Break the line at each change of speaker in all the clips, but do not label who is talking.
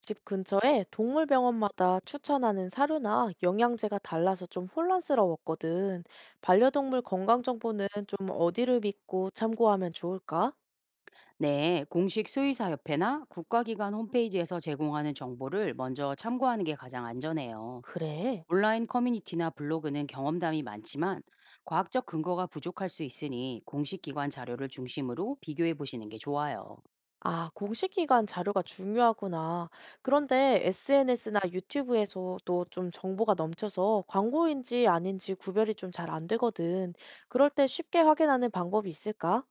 집 근처에 동물병원마다 추천하는 사료나 영양제가 달라서 좀 혼란스러웠거든. 반려동물 건강 정보는 좀 어디를 믿고 참고하면 좋을까?
네, 공식 수의사협회나 국가기관 홈페이지에서 제공하는 정보를 먼저 참고하는 게 가장 안전해요.
그래.
온라인 커뮤니티나 블로그는 경험담이 많지만 과학적 근거가 부족할 수 있으니 공식 기관 자료를 중심으로 비교해 보시는 게 좋아요.
아, 공식 기관 자료가 중요하구나. 그런데 SNS나 유튜브에서도 좀 정보가 넘쳐서 광고인지 아닌지 구별이 좀 잘 안 되거든. 그럴 때 쉽게 확인하는 방법이 있을까?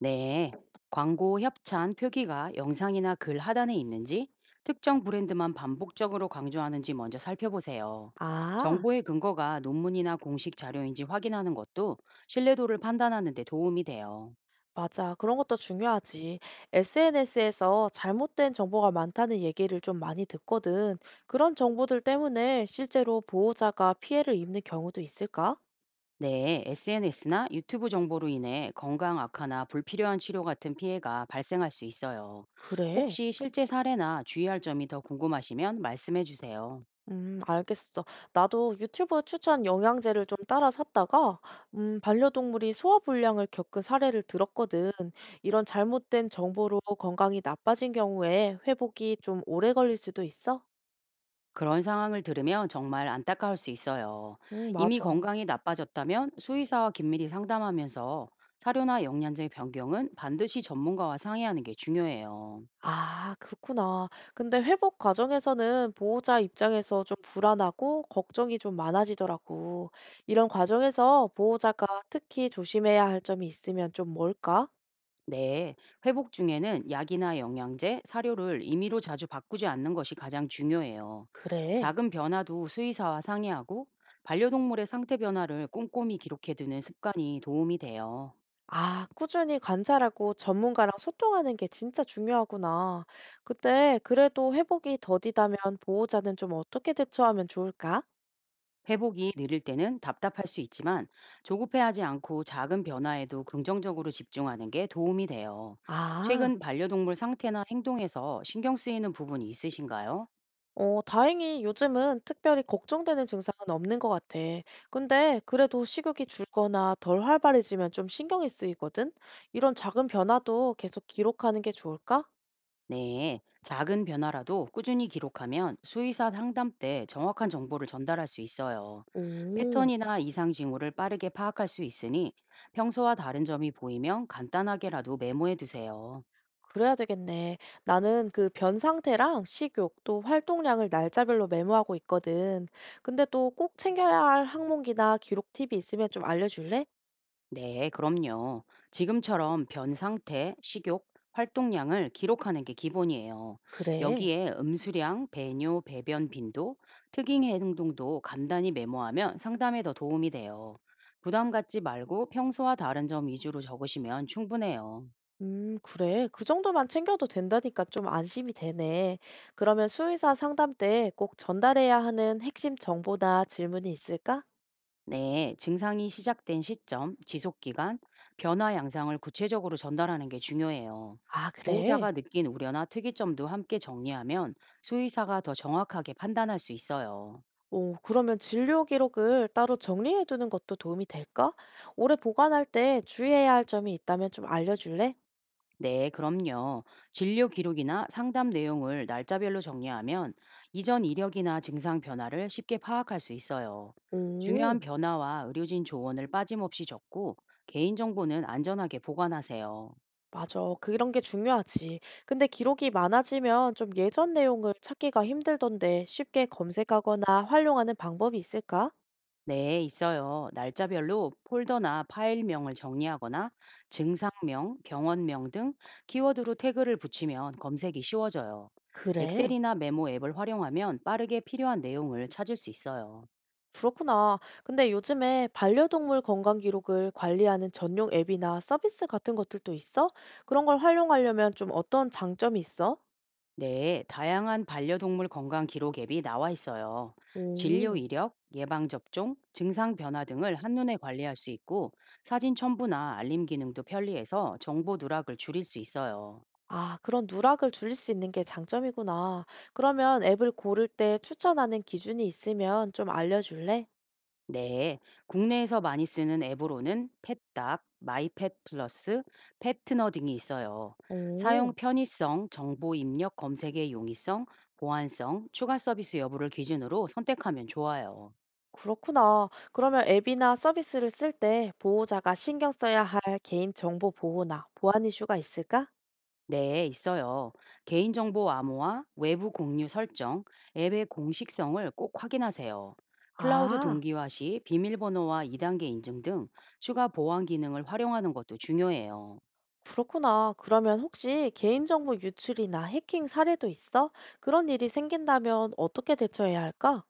네, 광고 협찬 표기가 영상이나 글 하단에 있는지 특정 브랜드만 반복적으로 강조하는지 먼저 살펴보세요.
아.
정보의 근거가 논문이나 공식 자료인지 확인하는 것도 신뢰도를 판단하는 데 도움이 돼요.
맞아. 그런 것도 중요하지. SNS에서 잘못된 정보가 많다는 얘기를 좀 많이 듣거든. 그런 정보들 때문에 실제로 보호자가 피해를 입는 경우도 있을까?
네, SNS나 유튜브 정보로 인해 건강 악화나 불필요한 치료 같은 피해가 발생할 수 있어요.
그래.
혹시 실제 사례나 주의할 점이 더 궁금하시면 말씀해 주세요.
알겠어. 나도 유튜브 추천 영양제를 좀 따라 샀다가, 반려동물이 소화불량을 겪은 사례를 들었거든. 이런 잘못된 정보로 건강이 나빠진 경우에 회복이 좀 오래 걸릴 수도 있어?
그런 상황을 들으면 정말 안타까울 수 있어요.
응,
이미
맞아.
건강이 나빠졌다면 수의사와 긴밀히 상담하면서 사료나 영양제 변경은 반드시 전문가와 상의하는 게 중요해요.
아 그렇구나. 근데 회복 과정에서는 보호자 입장에서 좀 불안하고 걱정이 좀 많아지더라고. 이런 과정에서 보호자가 특히 조심해야 할 점이 있으면 좀 뭘까?
네, 회복 중에는 약이나 영양제, 사료를 임의로 자주 바꾸지 않는 것이 가장 중요해요.
그래.
작은 변화도 수의사와 상의하고 반려동물의 상태 변화를 꼼꼼히 기록해두는 습관이 도움이 돼요.
아, 꾸준히 관찰하고 전문가랑 소통하는 게 진짜 중요하구나. 근데 그래도 회복이 더디다면 보호자는 좀 어떻게 대처하면 좋을까?
회복이 느릴 때는 답답할 수 있지만 조급해하지 않고 작은 변화에도 긍정적으로 집중하는 게 도움이 돼요.
아.
최근 반려동물 상태나 행동에서 신경 쓰이는 부분이 있으신가요?
어, 다행히 요즘은 특별히 걱정되는 증상은 없는 것 같아. 근데 그래도 식욕이 줄거나 덜 활발해지면 좀 신경이 쓰이거든? 이런 작은 변화도 계속 기록하는 게 좋을까?
네, 작은 변화라도 꾸준히 기록하면 수의사 상담 때 정확한 정보를 전달할 수 있어요.
오,
패턴이나 이상 징후를 빠르게 파악할 수 있으니 평소와 다른 점이 보이면 간단하게라도 메모해 두세요.
그래야 되겠네. 나는 그 변 상태랑 식욕 또 활동량을 날짜별로 메모하고 있거든. 근데 또 꼭 챙겨야 할 항목이나 기록 팁이 있으면 좀 알려줄래?
네, 그럼요. 지금처럼 변 상태, 식욕, 활동량을 기록하는 게 기본이에요.
그래.
여기에 음수량, 배뇨, 배변 빈도, 특이 행동도 간단히 메모하면 상담에 더 도움이 돼요. 부담 갖지 말고 평소와 다른 점 위주로 적으시면 충분해요.
그래. 그 정도만 챙겨도 된다니까 좀 안심이 되네. 그러면 수의사 상담 때 꼭 전달해야 하는 핵심 정보나 질문이 있을까?
네, 증상이 시작된 시점, 지속 기간, 변화 양상을 구체적으로 전달하는 게 중요해요.
아, 그래.
보호자가 느낀 우려나 특이점도 함께 정리하면 수의사가 더 정확하게 판단할 수 있어요.
오, 그러면 진료 기록을 따로 정리해 두는 것도 도움이 될까? 오래 보관할 때 주의해야 할 점이 있다면 좀 알려줄래?
네, 그럼요. 진료 기록이나 상담 내용을 날짜별로 정리하면 이전 이력이나 증상 변화를 쉽게 파악할 수 있어요.
오,
중요한 변화와 의료진 조언을 빠짐없이 적고 개인정보는 안전하게 보관하세요.
맞아. 그런 게 중요하지. 근데 기록이 많아지면 좀 예전 내용을 찾기가 힘들던데 쉽게 검색하거나 활용하는 방법이 있을까?
네, 있어요. 날짜별로 폴더나 파일명을 정리하거나 증상명, 병원명 등 키워드로 태그를 붙이면 검색이 쉬워져요.
그래.
엑셀이나 메모 앱을 활용하면 빠르게 필요한 내용을 찾을 수 있어요.
그렇구나. 근데 요즘에 반려동물 건강 기록을 관리하는 전용 앱이나 서비스 같은 것들도 있어? 그런 걸 활용하려면 좀 어떤 장점이 있어?
네, 다양한 반려동물 건강 기록 앱이 나와 있어요. 진료
오,
이력, 예방접종, 증상 변화 등을 한눈에 관리할 수 있고 사진 첨부나 알림 기능도 편리해서 정보 누락을 줄일 수 있어요.
아, 그런 누락을 줄일 수 있는 게 장점이구나. 그러면 앱을 고를 때 추천하는 기준이 있으면 좀 알려줄래?
네, 국내에서 많이 쓰는 앱으로는 펫닥, 마이펫 플러스, 패트너 등이 있어요. 사용
오,
편의성, 정보 입력 검색의 용이성, 보안성, 추가 서비스 여부를 기준으로 선택하면 좋아요.
그렇구나. 그러면 앱이나 서비스를 쓸 때 보호자가 신경 써야 할 개인정보 보호나 보안 이슈가 있을까?
네, 있어요. 개인정보 암호화, 외부 공유 설정, 앱의 공식성을 꼭 확인하세요. 클라우드
아.
동기화 시 비밀번호와 2단계 인증 등 추가 보안 기능을 활용하는 것도 중요해요.
그렇구나. 그러면 혹시 개인정보 유출이나 해킹 사례도 있어? 그런 일이 생긴다면 어떻게 대처해야 할까?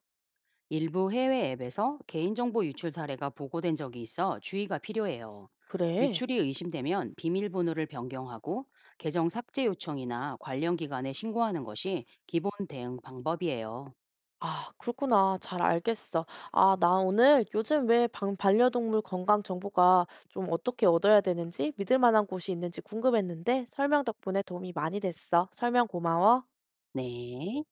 일부 해외 앱에서 개인정보 유출 사례가 보고된 적이 있어 주의가 필요해요.
그래.
유출이 의심되면 비밀번호를 변경하고 계정 삭제 요청이나 관련 기관에 신고하는 것이 기본 대응 방법이에요.
아, 그렇구나. 잘 알겠어. 아, 나 오늘 요즘 왜 반려동물 건강 정보가 좀 어떻게 얻어야 되는지 믿을 만한 곳이 있는지 궁금했는데 설명 덕분에 도움이 많이 됐어. 설명 고마워.
네.